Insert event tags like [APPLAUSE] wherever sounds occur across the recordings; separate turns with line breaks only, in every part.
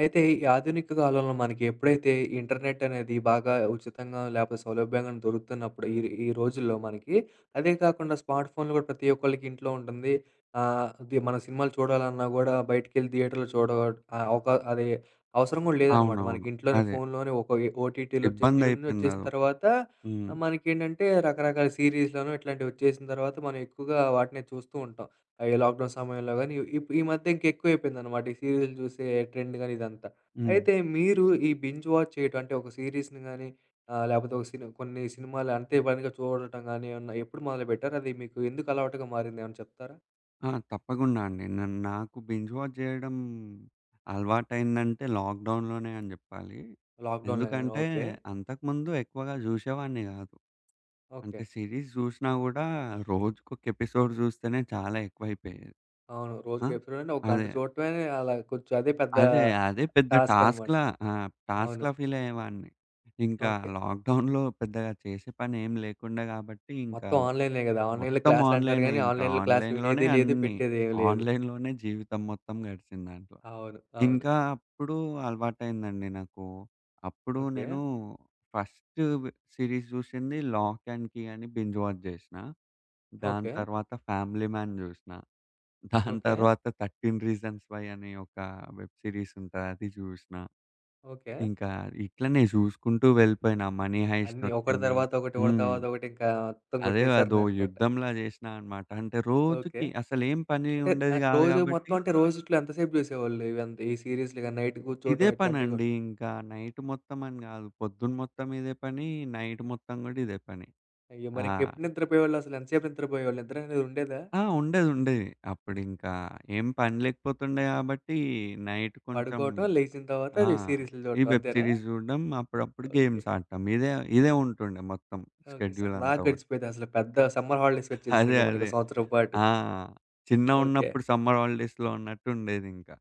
అయితే ఈ ఆధునిక కాలంలో మనకి ఎప్పుడైతే ఇంటర్నెట్ అనేది బాగా ఉచితంగా లేకపోతే సౌలభ్యంగా దొరుకుతున్నప్పుడు ఈ ఈ రోజుల్లో మనకి అదే కాకుండా స్మార్ట్ ఫోన్లు కూడా ప్రతి ఒక్కళ్ళకి ఇంట్లో ఉంటుంది. ఇది మన సినిమాలు చూడాలన్నా కూడా బయటికెళ్ళి థియేటర్‌లో చూడ ఒక అది అవసరం కూడా లేదనమాట.
అవునవును.
మనకి ఇంట్లోనే
అదే.
ఫోన్‌లోనే ఒక ఓటీటీలు వచ్చేసినయి ఇవన్నీ వచ్చేసిన
ఇబ్బందయిపోయిందదొకటి.
తర్వాత
హ్మ్.
మనకేంటంటే రకరకాల సీరీస్‌లను ఇట్లాంటివి వచ్చేసిన తర్వాత మనం ఎక్కువగా వాటినే చూస్తూ ఉంటాం. ఈ లాక్‌డౌన్ సమయంలో గాని, ఇప్ ఈ మధ్య ఇంకెక్కువైపోయిందనమాట. ఈ సీరియల్‌లు చూసే ట్రెండ్ గాని ఇదంతా.
హ్మ్.
అయితే మీరు ఈ బింజ్ వాచ్ చేయటం అంటే ఒక సీరీస్‌ని గాని లేపోతే ఒక సిని కొన్ని సినిమాలు అంతే పనిగా చూడటం గాని ఏమన్నా ఎప్పుడు మొదలుపెట్టారు? అది మీకు ఎందుకు అలవాటుగా మారింది ఏమన్నా చెప్తారా?
ఆ! తప్పకుండా అండి. నాకు బింజ్ వాచ్ జేయడం అలవాటయిందంటే లాక్‌డౌన్‌లోనే అని జెప్పాలి.
లాక్‌డౌన్‌లోనేనా?
ఎందుకంటే
ఓకే.
అంతకుముందు ఎక్కువగా జూసేవాడిని గాదు.
ఓకే.
అంటే సిరీస్ జూషినా గూడా రోజుకొక ఎపిసోడ్ జూస్తేనే చాలా ఎక్కువైపోయేది.
అవును.
ఆ!
రోజుకి ఎపిసోడ్ అంటే ఒక గంట
అదే.
చూడటమే అలా కొంచెం అదే పెద్ద
అదే. అదే పెద్ద
టాస్క్ అనమాట.
టాస్క్‌లా. ఆ!
అవును.
టాస్క్‌లా ఫీలయ్యేవాడిని. ఇంకా
ఓకే.
లాక్‌డౌన్‌లో పెద్దగా చేసే పనేం లేకుండే గాబట్టి, ఇంకా
మొత్తం ఆన్‌లైనే గదా! ఆన్‌లైన్‌లో
మొత్తం
క్లాసులంటారు
ఆన్‌లైనే
గానీ,
ఇంకా.
ఆన్‌లైన్‌లో క్లాసులు
ఆన్‌లైన్‌లోనే
వినేది లేదు,
అన్నీ.
పెట్టేదేమి లేదు.
ఆన్‌లైన్‌లోనే జీవితం మొత్తం గడిచింది దాంట్లో.
అవును. అవును.
ఇంకా అప్పుడు అలవాటయిందండి నాకు. అప్పుడు
ఓకే.
నేను ఫస్ట్ సిరీస్ జూసింది 'లాక్ అండ్ కీ' అని బింజ్ వాచ్ జేసిన. దాని
ఓకే.
తర్వాత 'ఫ్యామిలీ మ్యాన్' జూసిన. [LAUGHS] దాని
ఓకే.
తర్వాత 'థర్టీన్ రీజన్స్ వై' అని ఒక వెబ్ సిరీస్ ఉంటది. అది జూసిన.
ఓకే.
ఇంకా ఇట్లనే జూసుకుంటూ వెళ్ళిపోయినా. 'మనీ హైస్ట్'
అన్నీ ఒకటి
ఒచ్చింది.
తర్వాత ఒకటి, ఒకటి
హ్మ్.
తర్వాత ఒకటి ఇంకా మొత్తం
అదే అదో
కొట్టేసారననుకుంటా.
యుద్ధంలా జేసినా అన్నమాట. అంటే
ఓకే.
రోజుకి అసలేం పని
అంటే
ఉండేది గాదు
రోజు
గాబట్టి,
మొత్తం అంటే రోజుట్లో ఎంతసేపు జూసేవాళ్ళు ఇవంతా ఈ సీరీస్‌లు గాని నైట్
ఇదే
కూర్చోవటం ఇట్లాంటివి గూడా?
పనండి ఇంకా. నైట్ మొత్తం అని గాదు, పొద్దున మొత్తం ఇదే పని, నైట్ మొత్తం గూడా ఇదే పని.
అయ్యో! మరి
ఆ!
ఇంకెప్పుడు నిద్రపోయేవాళ్ళు అసలు? ఎంతసేపు నిద్రపోయేవాళ్ళు? నిద్ర అనేది ఉండేదా?
ఆ! ఉండేది, ఉండేది. అప్పుడింకా ఏం పని లేకపోతుండే గాబట్టి నైట్ కొంచెం.
పడుకోవటం, లేచిన తర్వాత
ఆ!
ఈ సీరీస్‌లు
ఈ
చూడటం
వెబ్
అంతేనా?
సీరీస్ జూడడం, అప్పుడప్పుడు
ఓకే.
గేమ్స్ ఆడటం. ఇదే ఇదే ఉంటుండే మొత్తం
ఓకే.
షెడ్యూల్
సరదాగా
అంతా గూడా.
గడిచిపోయేది అసలు పెద్ద సమ్మర్ హాలిడేస్ వచ్చేసినాయి
అదే.
ఇంక మనకి
అదే.
సంవత్సరం పాటు.
ఆ!
ఓకే.
చిన్నగున్నప్పుడు సమ్మర్ హాలిడేస్‌లో ఉన్నట్టుండేదింకా.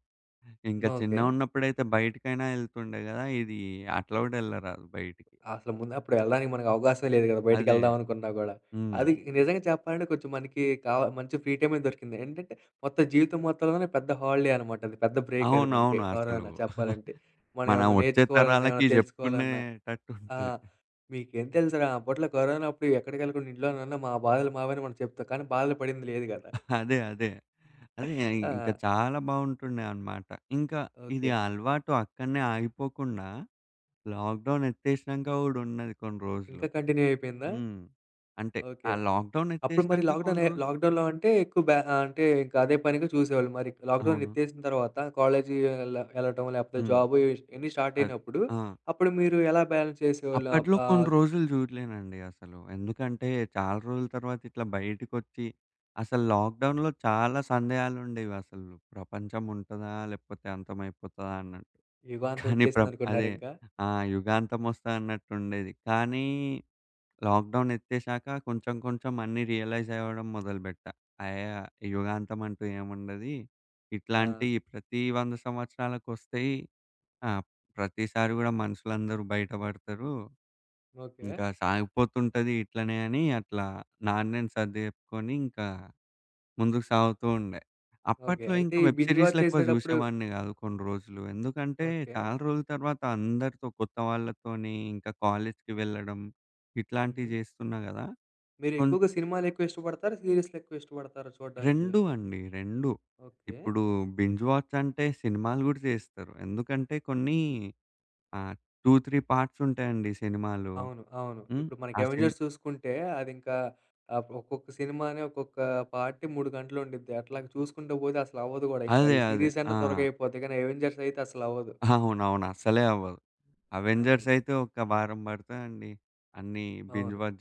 ఇంకా
ఓకే.
చిన్నగున్నప్పుడైతే బయటికైనా ఎళ్తుండే గదా! ఇది అట్లా గూడా ఎళ్ళరాదు బయటికి.
అసలు ముందు అప్పుడు వెళ్ళడానికి మనకు అవకాశమే లేదు కదా!
అదే.
బయటికెళ్దాం అనుకున్నా గూడా.
హ్మ్.
అది నిజంగా చెప్పాలంటే కొంచెం మనకి కావ మంచి ఫ్రీ టైమే దొరికింది. ఏంటంటే మొత్తం జీవితం మొత్తంలోనే పెద్ద హాలిడే అనమాట అది. పెద్ద బ్రేక్ అది మనకి
అవునవును. అసలు
కరోనా చెప్పాలంటే. మనం
మనం
ఏమన్నా
వచ్చే
నేర్చుకోవాలన్నా,
తరాలకి
ఏమన్నా తెలుసుకోవాలన్నా ఆ!
జెప్పుకునేటట్టుంటది.
"మీకేం తెలుసురా అప్పట్లో కరోనా అప్పుడు ఎక్కడికెళ్ళకుండా ఇంట్లోనే ఉన్నాం. మా బాధలు మావని" మనం చెప్తాం. కానీ బాధలు పడింది లేదు గదా!
అదే. అదే
ఆ!
ఇంకా చాలా బావుంటుండే అన్నమాట. ఇంకా ఇది
ఓకే.
అలవాటు అక్కడనే ఆగిపోకుండా లాక్‌డౌన్ ఎత్తేసినంక గూడా ఉన్నది కొన్ని రోజులు.
ఇంకా కంటిన్యూ అయిపోయిందా?
హ్మ్. అంటే ఆ
ఓకే.
లాక్‌డౌన్
అప్పుడు మరి
ఎత్తేసినంక కొన్ని
లాక్‌డౌనే
రోజులు.
లాక్‌డౌన్‌లో అంటే ఎక్కువ బ్యా అంటే ఇంకా అదే పనిగా చూసేవాళ్ళు. మరి లాక్‌డౌన్
అవును.
ఎత్తేసిన తర్వాత కాలేజీ ఎళ్ళ ఎళ్ళటం లేకపోతే
హ్మ్.
జాబు ఇష్ ఇయన్నీ స్టార్ట్
అది.
అయినప్పుడు
ఆ!
అప్పుడు మీరు ఎలా బ్యాలెన్స్ చేసేవాళ్ళు? ఆహ్,
అప్పట్లో కొన్ని
ఆహ్,
రోజులు జూడలేనండి అసలు. ఎందుకంటే, చాలా రోజుల తర్వాత ఇట్లా బయటికొచ్చి, అసలు లాక్‌డౌన్‌లో చాలా సందేహాలుండేవసలు. ప్రపంచం ఉంటదా? లేకపోతే అంతమైపోతదా? అన్నట్టు.
యుగాంతం
కానీ అదే,
వచ్చేసిందనుకున్నారింకా.
ఆ! యుగాంతమొస్తదన్నట్టుండేది. కానీ, లాక్‌డౌన్ ఎత్తేసాక కొంచెం కొంచెం అన్నీ రియలైజ్ అవ్వడం మొదలుబెట్టా. అయ్యా! యుగాంతం అంటూ ఏముండది.
ఆ!
ఇట్లాంటి ప్రతి 100 సంవత్సరాలకొస్తయి. ఆ! ప్రతిసారి గూడా మనుషులందరూ బయటపడతారు.
ఓకే.
ఇంకా సాగిపోతుంటది ఇట్లనే అని అట్లా నాన్ను నేను సర్ది చెప్పుకొని ఇంకా ముందుకు సాగుతూ ఉండే.
ఓకే.
అప్పట్లో
అయితే
ఇంకా
ఈ
వెబ్
బింజ్ వాచ్
సిరీస్‌లెక్కువ
చేసేటప్పుడు
చూసేవాడిని గాదు కొన్ని రోజులు. ఎందుకంటే
ఓకే.
చాలా రోజుల తర్వాత అందరితో కొత్త వాళ్ళతోని ఇంకా కాలేజ్‌కి వెళ్ళడం ఇట్లాంటివి
హుహు.
చేస్తున్నా గదా!
మీరు
కొన్
ఎక్కువగా సినిమాలెక్కువ ఇష్టపడతారా? సీరీస్‌లెక్కువ ఇష్టపడతారా చూడడానికి?
2 అండి 2.
ఓకే.
ఇప్పుడు బింజ్ వాచ్ అంటే సినిమాలు గూడా చేస్తారు. ఎందుకంటే కొన్ని ఆహ్, 2, 3 పార్ట్స్ ఉంటాయండి సినిమాలు.
అవును. అవును.
హ్మ్.
ఇప్పుడు మనకి
ఆ సిన్
'అవెంజర్స్' చూసుకుంటే అదింకా ఒక్కొక్క సినిమానే ఒక్కొక్క పార్ట్ 3 గంటలుండిద్ది. అట్లా చూసుకుంటూ పోతే అసలవ్వదు గూడా ఇంకా.
అదే.
ఈ
అదే.
సీరీస్
ఆ!
అన్నా త్వరగా అయిపోద్ది. కానీ 'అవెంజర్స్' అయితే అసలవ్వదు.
అవునవును. అస్సలే అవ్వదు. అవెంజర్స్
అవును.
అయితే ఒక వారం పడతదండి అన్నీ బింజ్
అవును.
వాచ్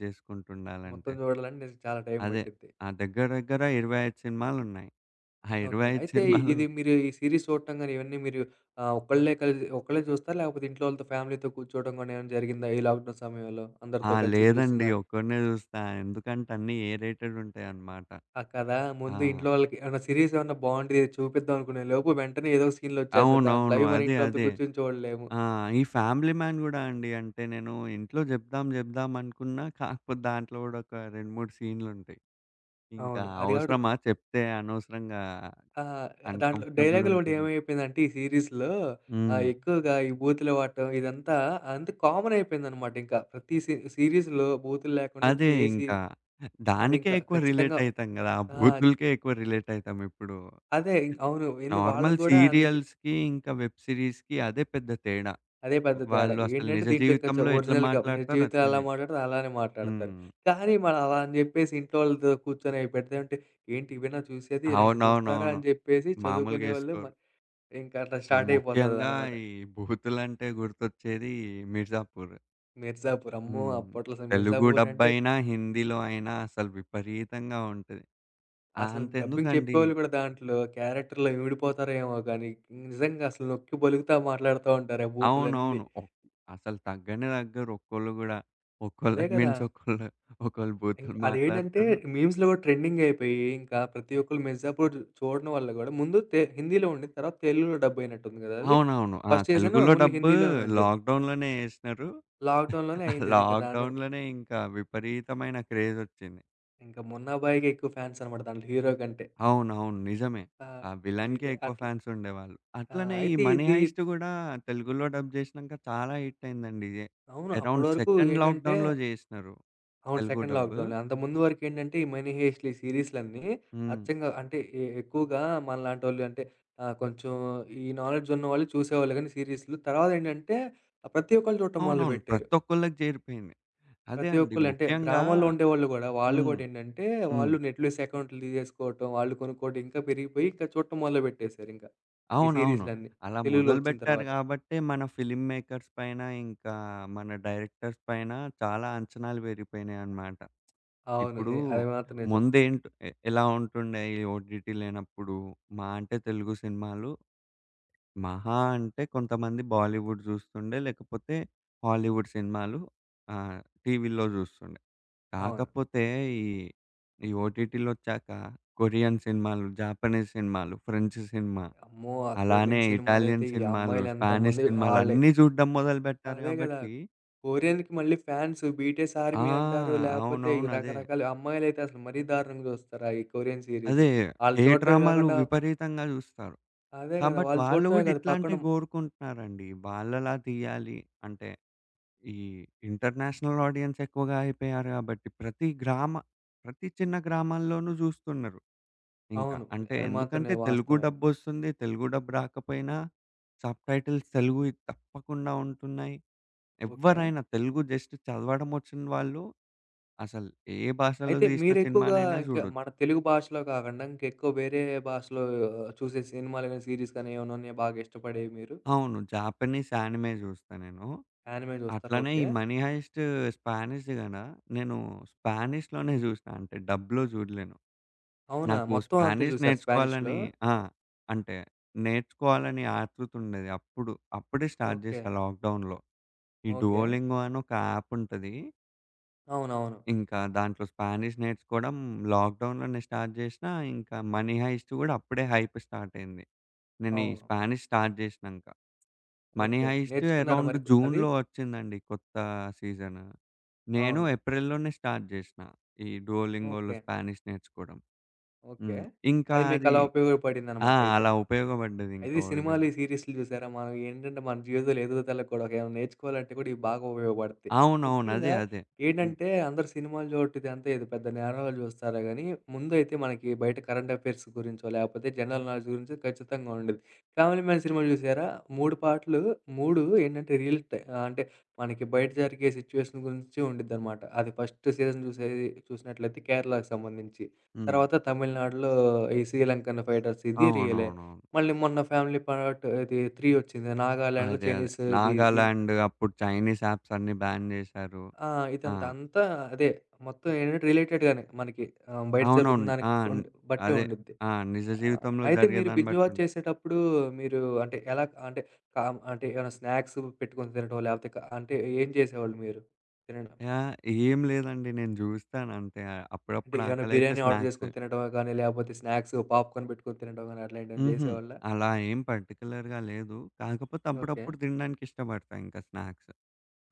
మొత్తం
చేసుకుంటుండాలంటే.
చూడాలంటే నిజం చాలా టైం
అదే.
పట్టిద్ది.
ఆ దగ్గర దగ్గర 25 సినిమాలున్నాయి. ఆ
ఓకే.
25
అయితే
సినిమాలు.
ఇది మీరు ఈ సీరీస్ చూడటం గాని ఇవన్నీ మీరు ఒక్కళ్ళే కలిసి ఒక్కళ్ళే చూస్తారా? లేకపోతే ఇంట్లో వాళ్ళతో ఫ్యామిలీతో కూర్చోవడం గాని ఏమైనా జరిగిందా? ఈ లాక్‌డౌన్ సమయంలో
ఆ!
అందరితో కలిసి చూసిన
లేదండి, ఒక్కడినే చూస్తా. ఎందుకంటే అన్నీ ఏ రేటెడ్ ఉంటాయన్నమాట.
ఆ! కదా! ముందు
ఆ!
ఇంట్లో వాళ్ళకి ఏమన్నా సీరీస్ ఏమన్నా బావుండేది చూపిద్దాం అనుకునే లోపు వెంటనే ఏదో ఒక సీన్‌లు వచ్చేస్తాయి దాంట్లో.
అవునవును.
అవి మన
అదే.
ఇంట్లో వాళ్ళతో
అదే.
కూర్చొని చూడలేము.
ఆ! ఈ 'ఫ్యామిలీ మ్యాన్' గూడా అండి. అంటే నేను ఇంట్లో జెప్దాం జెప్దాం అనుకున్నా. కాకపోతే దాంట్లో గూడా ఒక 2, 3 సీన్లుంటాయి. ఇంకా
అవును. అది కాబట్టి
అవసరమా చెప్తే అనవసరంగా
ఆహ్, దాంట్లో
అన్‌కంఫర్టబుల్
డైలాగులు ఒకటి
ఉంటది.
ఏమైపోయిందంటే ఈ సీరీస్‌లో
హ్మ్.
ఎక్కువగా ఈ బూతులు వాడటం ఇదంతా అంత కామన్ అయిపోయిందనమాట ఇంకా. ప్రతి సీ సీరీస్‌లో బూతులు లేకుండా
అదే
ఏ సీ
ఇంకా.
అది
దానికే
ఇంకా
ఎక్కువ రిలేట్
ఖచ్చితంగా
అయితాం గదా! ఆ
ఆ!
బూతులకే ఎక్కువ రిలేట్ అయితాం ఇప్పుడు.
అదే ఇం- అవును. ఏంది
నార్మల్
వాళ్ళకి గూడా అందుకే
సీరియల్స్‌కి, ఇంకా వెబ్ సీరీస్‌కి అదే పెద్ద తేడా.
అదే పెద్ద తేడా.
వాళ్ళు అసలు
ఏంటంటే
నిజ
దీంట్లో ఇంకా చ
జీవితంలో ఎట్లా
ఒరిజినల్‌గా నిజ
మాట్లాడతారో
జీవితంలో ఎలా
అట్లనే.
మాట్లాడతారో అలానే మాట్లాడతారు.
హ్మ్.
కానీ మనం అలా అని జెప్పేసి ఇంట్లోళ్ళతో కూర్చొని అవి పెడతాంటే, ఏంటి ఇవేనా చూసేది? ఇలాంటివి చూస్తారా?
అవునవునవును.
అని జెప్పేసి
మామూలుగా
చదువుకునేవాళ్ళు
ఏసుకోరు.
మ ఇంకా అట్లా స్టార్ట్
ముఖ్యంగా
అయిపోతదనమాట.
ఈ బూతులంటే గుర్తొచ్చేది మిర్జాపూర్.
'మిర్జాపూర్' అమ్మో!
హ్మ్.
అప్పట్లో అసలు
తెలుగు
'మిర్జాపూర్' అంటే
డబ్బయినా, హిందీలో అయినా అసలు విపరీతంగా ఉంటది. ఆ!
అసలు డబ్బింగ్
అంతెందుకండి.
చెప్పేవాళ్ళు కూడా దాంట్లో క్యారెక్టర్‌లో ఇమిడిపోతారేమో గాని, నిజంగా అసలు నొక్కి పలుకుతా మాట్లాడుతా ఉంటారు ఆ బూతులన్నీ.
అవునవును. అసలు తగ్గనే తగ్గరు ఒక్కోళ్ళు గూడా.
అదే
ఒక్కోళ్ళకి
గదా!
మించి ఒక్కోళ్ళు, ఒక్కోళ్ళు
ఇంక
బూతులు
అదేంటంటే
మాట్లాడతారు.
మీమ్స్‌లో గూడా ట్రెండింగ్ అయిపోయి, ఇంకా ప్రతి ఒక్కళ్ళు మిర్జాపూర్ చూ- చూడడం వల్ల గూడా ముందు తె హిందీలో ఉండేది. తర్వాత తెలుగులో డబ్ అయినట్టుంది గదా! అది.
అవునవును. ఆ!
ఫస్ట్ సీజన్
తెలుగులో
ఓన్లీ
డబ్బు
హిందీలోనే ఉండేది.
లాక్‌డౌన్‌లోనే ఏసినారు.
లాక్‌డౌన్‌లోనే
ఆ
అయిందది. ఇంకా దాని మీద
లాక్‌డౌన్‌లోనే ఇంకా విపరీతమైన క్రేజొచ్చింది.
ఇంకా మొన్నా బాయ్‌కే ఎక్కువ ఫ్యాన్స్ అనమాట దాంట్లో హీరో కంటే.
అవునవును. నిజమే.
ఆ!
ఆ విలన్‌కే
అయితే
ఎక్కువ
అట్లా
ఫ్యాన్స్ ఉండేవాళ్ళు.
ఆ!
అట్లనే ఈ
అయితే
'మనీ
ఇది
హైస్ట్' గూడా తెలుగులో డబ్ జేసినంక చాలా హిట్ అయిందండి.
అవును. అప్పటి
అరౌండ్
వరకు
సెకండ్
ఏంటంటే
లాక్‌డౌన్‌లో జేసినారు
అవును.
Telugu
second
dub.
లాక్‌డౌన్‌లో. అంతకుముందు వరకేంటంటే, ఈ 'మనీ హేస్ట్‌లు' ఈ సీరీస్‌లన్నీ
హ్మ్.
అచ్చంగా అంటే ఎ ఎక్కువగా మనలాంటోళ్ళు అంటే కొంచెం ఈ నాలెడ్జ్ ఉన్నవాళ్ళు చూసేవాళ్ళు గానీ సీరీస్‌లు. తర్వాతేంటంటే ప్రతి ఒక్కళ్ళు చూడటం
అవునవును.
మొదలుపెట్టారు.
ప్రతి ఒక్కళ్ళకి చేరిపోయింది. అదే
ప్రతి
అండి.
ఒక్కళ్ళు అంటే
ముఖ్యంగా
గ్రామాల్లో ఉండేవాళ్ళు గూడా, వాళ్ళు
హ్మ్.
గూడా ఏంటంటే
హ్మ్.
వాళ్ళు నెట్‌ఫ్లిక్స్ అకౌంట్లు తీసేసుకోవటం, వాళ్ళు కొనుక్కోవడం ఇంకా పెరిగిపోయి ఇంకా చూడటం మొదలుపెట్టేసారింకా. ఈ
అవునవును.
సీరీస్‌లన్నీ
అలా
తెలుగులో వచ్చిన
మొదలుబెట్టారు
తర్వాత.
గాబట్టే మన ఫిల్మ్ మేకర్స్ పైన, ఇంకా మన డైరెక్టర్స్ పైన చాలా అంచనాలు పెరిగిపోయినాయన్నమాట.
అవును.
ఇప్పుడు
ఎ అది మాత్రం నిజం.
ముందేంట్ ఎ ఎలా ఉంటుండే ఈ ఓటీటీ లేనప్పుడు, మహా అంటే తెలుగు సినిమాలు, మహా అంటే కొంతమంది బాలీవుడ్ జూస్తుండే, లేకపోతే హాలీవుడ్ సినిమాలు ఆహ్, టీవీలో జూస్తుండే.
అవును.
కాకపోతే ఈ, ఈ ఓటీటీలొచ్చాక కొరియన్ సినిమాలు, జాపనీస్ సినిమాలు, ఫ్రెంచ్ సినిమా,
అమ్మో! ఆ
అలానే
కొరియన్ సినిమాలైతే
ఇటాలియన్
ఈ
సినిమాలు,
అమ్మాయిలు
స్పానిష్
ఎంతమంది
సినిమాలు
ఆళ్ళ
అన్నీ జూడ్డం మొదలుబెట్టారు
అదే గదా!
గాబట్టి.
కొరియన్‌కి మళ్ళీ ఫ్యాన్స్ బీటీఎస్
ఆ!
ఆర్మీ అంటారు. లేపోతే ఈ
అవునవును. అదే.
రకరకాల అమ్మాయిలైతే అసలు మరీ దారుణంగా జూస్తారు. ఈ కొరియన్ సీరీస్.
అదే.
ఆళ్ళు
కే
చూడటమే
డ్రామాలు
గాకుండా
విపరీతంగా జూస్తారు.
అదే
ఆ!
గదా!
బట్
వాళ్ళు
వాళ్ళు
చూడటమే
గూడా
కాదు పక్కన
ఇట్లాంటివి గోరుకుంటున్నారండి. వాళ్ళలా తీయాలి అంటే, ఈ ఇంటర్నేషనల్ ఆడియన్స్ ఎక్కువగా అయిపోయారు గాబట్టి, ప్రతి చిన్న గ్రామాల్లోనూ జూస్తున్నారు ఇంకా.
అవును.
అంటే
అది మాత్రం నే
ఎందుకంటే తెలుగు
వాస్తవమే అది.
డబ్బొస్తుంది. తెలుగు డబ్ రాకపోయినా సబ్‌టైటిల్స్ తెలుగుయి తప్పకుండా ఉంటున్నాయి.
ఓకే.
ఎవ్వరైనా తెలుగు జస్ట్ చదవడం వచ్చిన వాళ్ళు అసలు ఏ భాషలో
అయితే
తీసిన
మీరెక్కువగా
సినిమానైనా
ఇంకా
జూడొచ్చు.
మన తెలుగు భాషలో కాకుండా ఇంకెక్కువ వేరే భాషలో ఆ, చూసే సినిమాలు గాని, సీరీస్ గాని ఏమన్నా ఉన్నాయా బాగా ఇష్టపడేవి మీరు?
అవును. జాపనీస్ యానిమే జూస్తా నేను.
యానిమే జూస్తారా?
అట్లనే ఈ
ఓకే.
'మనీ హైస్ట్' స్పానిష్‌ది గదా! నేను స్పానిష్‌లోనే జూసినా. అంటే డబ్‌లో జూడలేను.
అవునా?
నాకు
మొత్తం అంతే
స్పానిష్
జూసారు స్పానిష్‌లో?
నేర్చుకోవాలని ఆ! అంటే నేర్చుకోవాలని ఆతృత ఉండేది. అప్పుడు అప్పుడే స్టార్ట్
ఓకే.
జేశా లాక్‌డౌన్‌లో. ఈ
ఓకే.
'డుయోలింగో' అని ఒక యాప్ ఉంటది.
అవునవును. అవును.
ఇంకా దాంట్లో స్పానిష్ నేర్చుకోవడం లాక్‌డౌన్‌లోనే స్టార్ట్ జేశినా. ఇంకా 'మనీ హైస్ట్' గూడా అప్పుడే హైప్ స్టార్ట్ అయింది నేను
అవును,
ఈ
అవును.
స్పానిష్ స్టార్ట్ జేశినంక. 'Money
okay.
హైస్ట్'
నేర్చుకున్నారా
అరౌండ్
మరి అది?
జూన్‌లో వచ్చిందండి కొత్త సీజన్. నేను
అవును.
ఏప్రిల్‌లోనే స్టార్ట్ జేషినా ఈ డూయోలింగోలో
ఓకే.
స్పానిష్ నేర్చుకోవడం.
ఓకే.
హ్మ్. ఇంకా
అది
అది,
మీకలా
ఆ!
ఉపయోగపడిందనమాట అయితే.
అలా
అయితే
ఉపయోగపడ్డదింకా
ఈ
ఓ
సినిమాలు,
విధంగా.
ఈ సీరీస్‌లు చూసారా? మనం ఏంటంటే మన జీవితంలో ఎదుగుదల కూడా ఏమైనా నేర్చుకోవాలంటే కూడా ఇవి బాగా ఉపయోగపడతాయి.
అవునవును. అదే.
ముఖ్యంగా
అదే. ఇన్
ఏంటంటే అందరూ సినిమాలు చూడటం ఇదంతా ఏదో పెద్ద నేరంలా చూస్తారే గానీ, ముందైతే మనకి బయట కరెంట్ అఫైర్స్ గురించో, లేపోతే జనరల్ నాలెడ్జ్ గురించి ఖచ్చితంగా ఉండేది. 'ఫ్యామిలీ మ్యాన్' సినిమా చూసారా? 3 పార్ట్‌లు 3 ఏంటంటే రియల్ టై అంటే మనకి బయట జరిగే సిట్యుయేషన్ గురించి ఉండిద్దనమాట. అది ఫస్ట్ సీజన్ చూసేది చూసినట్లయితే కేరళకి సంబంధించి.
హ్మ్.
తర్వాత తమిళనాడులో ఈ శ్రీలంకన్ ఫైటర్స్ ఇది రియలే.
అవునవునవును.
మళ్ళీ మొన్న ఫ్యామిలీ పార్ట్ ఇది 3 వచ్చింది. నాగాలాండ్‌లో
అదే.
చైనీస్‌ది ఇన్
నాగాలాండ్ అప్పుడు చైనీస్ యాప్స్ అన్నీ బ్యాన్ జేశారు.
ఆ!
ఆ!
ఇదంతా అంతా అదే. మొత్తం ఏంటంటే రిలేటెడ్ గానే మనకి బయట జరుగుతున్న
అవునవును.
దానికి
ఆ! న్
ఉండ్ బట్టే
అదే.
ఉండిద్ది.
ఆ! నిజ జీవితంలో
అయితే
జరిగే
మీరు
దాన్ని
బింజ్
బట్టి
వాచ్
ఉంటది.
చేసేటప్పుడు మీరు అంటే ఎలా అంటే కామ్ అంటే ఏమైనా స్నాక్స్ పెట్టుకొని తినడం లేపోతే క అంటే ఏం చేసేవాళ్ళు మీరు తినడం?
యాహ్! ఏం లేదండి, నేను జూస్తానంతే.
అంటే
అప్పుడప్పుడు
ఏమైనా
ఆకలైతే
బిర్యానీ ఆర్డర్
స్నాక్స్.
చేసుకొని తినడమా గానీ లేపోతే స్నాక్స్, పాప్‌కార్న్ పెట్టుకొని తినడం గానీ అట్లాంటివేమైనా
హుహు.
చేసేవాళ్ళా?
అలా ఏం పర్టిక్యులర్‌గా లేదు. కాకపోతే
ఓకే.
అప్పుడప్పుడు తినడానికి ఇష్టపడతా ఇంకా స్నాక్స్.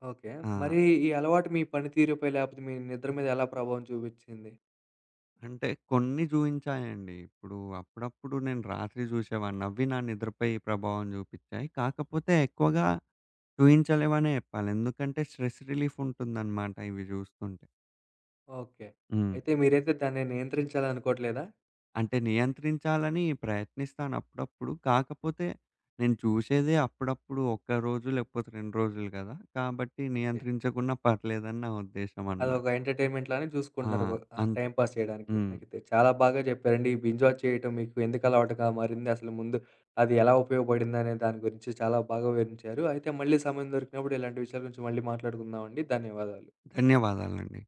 ఓకే.
ఆ!
మరి ఈ అలవాటు మీ పనితీరుపై లేపోతే మీ నిద్ర మీద ఎలా ప్రభావం చూపిచ్చింది?
అంటే కొన్ని చూయించాయండి. ఇప్పుడు అప్పుడప్పుడు నేను రాత్రి చూసేవాడిని. అవి నా నిద్రపై ప్రభావం చూపిచ్చాయి. కాకపోతే ఎక్కువగా చూయించలేవనే చెప్పాలి. ఎందుకంటే స్ట్రెస్ రిలీఫ్ ఉంటుందనమాట ఇవి చూస్తుంటే.
ఓకే.
హ్మ్.
అయితే మీరైతే దాన్ని నియంత్రించాలనుకోవట్లేదా?
అంటే నియంత్రించాలని ప్రయత్నిస్తాను అప్పుడప్పుడు. కాకపోతే నేను చూసేదే అప్పుడప్పుడు ఒక్క రోజు లేకపోతే 2 రోజులు కదా! కాబట్టి
ఓకే.
నియంత్రించకున్నా పర్లేదని నా ఉద్దేశం అనమాట.
అదొక ఎంటర్‌టైన్‌మెంట్ లానే
ఆ!
చూసుకుంటున్నారు. వ
అంతే.
టైమ్ పాస్ చేయడానికి.
హ్మ్.
అయితే చాలా బాగా చెప్పారండి. ఈ బింజ్ వాచ్ చేయటం మీకు ఎందుకు అలవాటుగా మారింది? అసలు ముందు అది ఎలా ఉపయోగపడిందనే దాని గురించి చాలా బాగా వివరించారు. అయితే మళ్ళీ సమయం దొరికినప్పుడు ఇలాంటి విషయాల గురించి మళ్ళీ మాట్లాడుకుందామండి. ధన్యవాదాలు.
ధన్యవాదాలండి.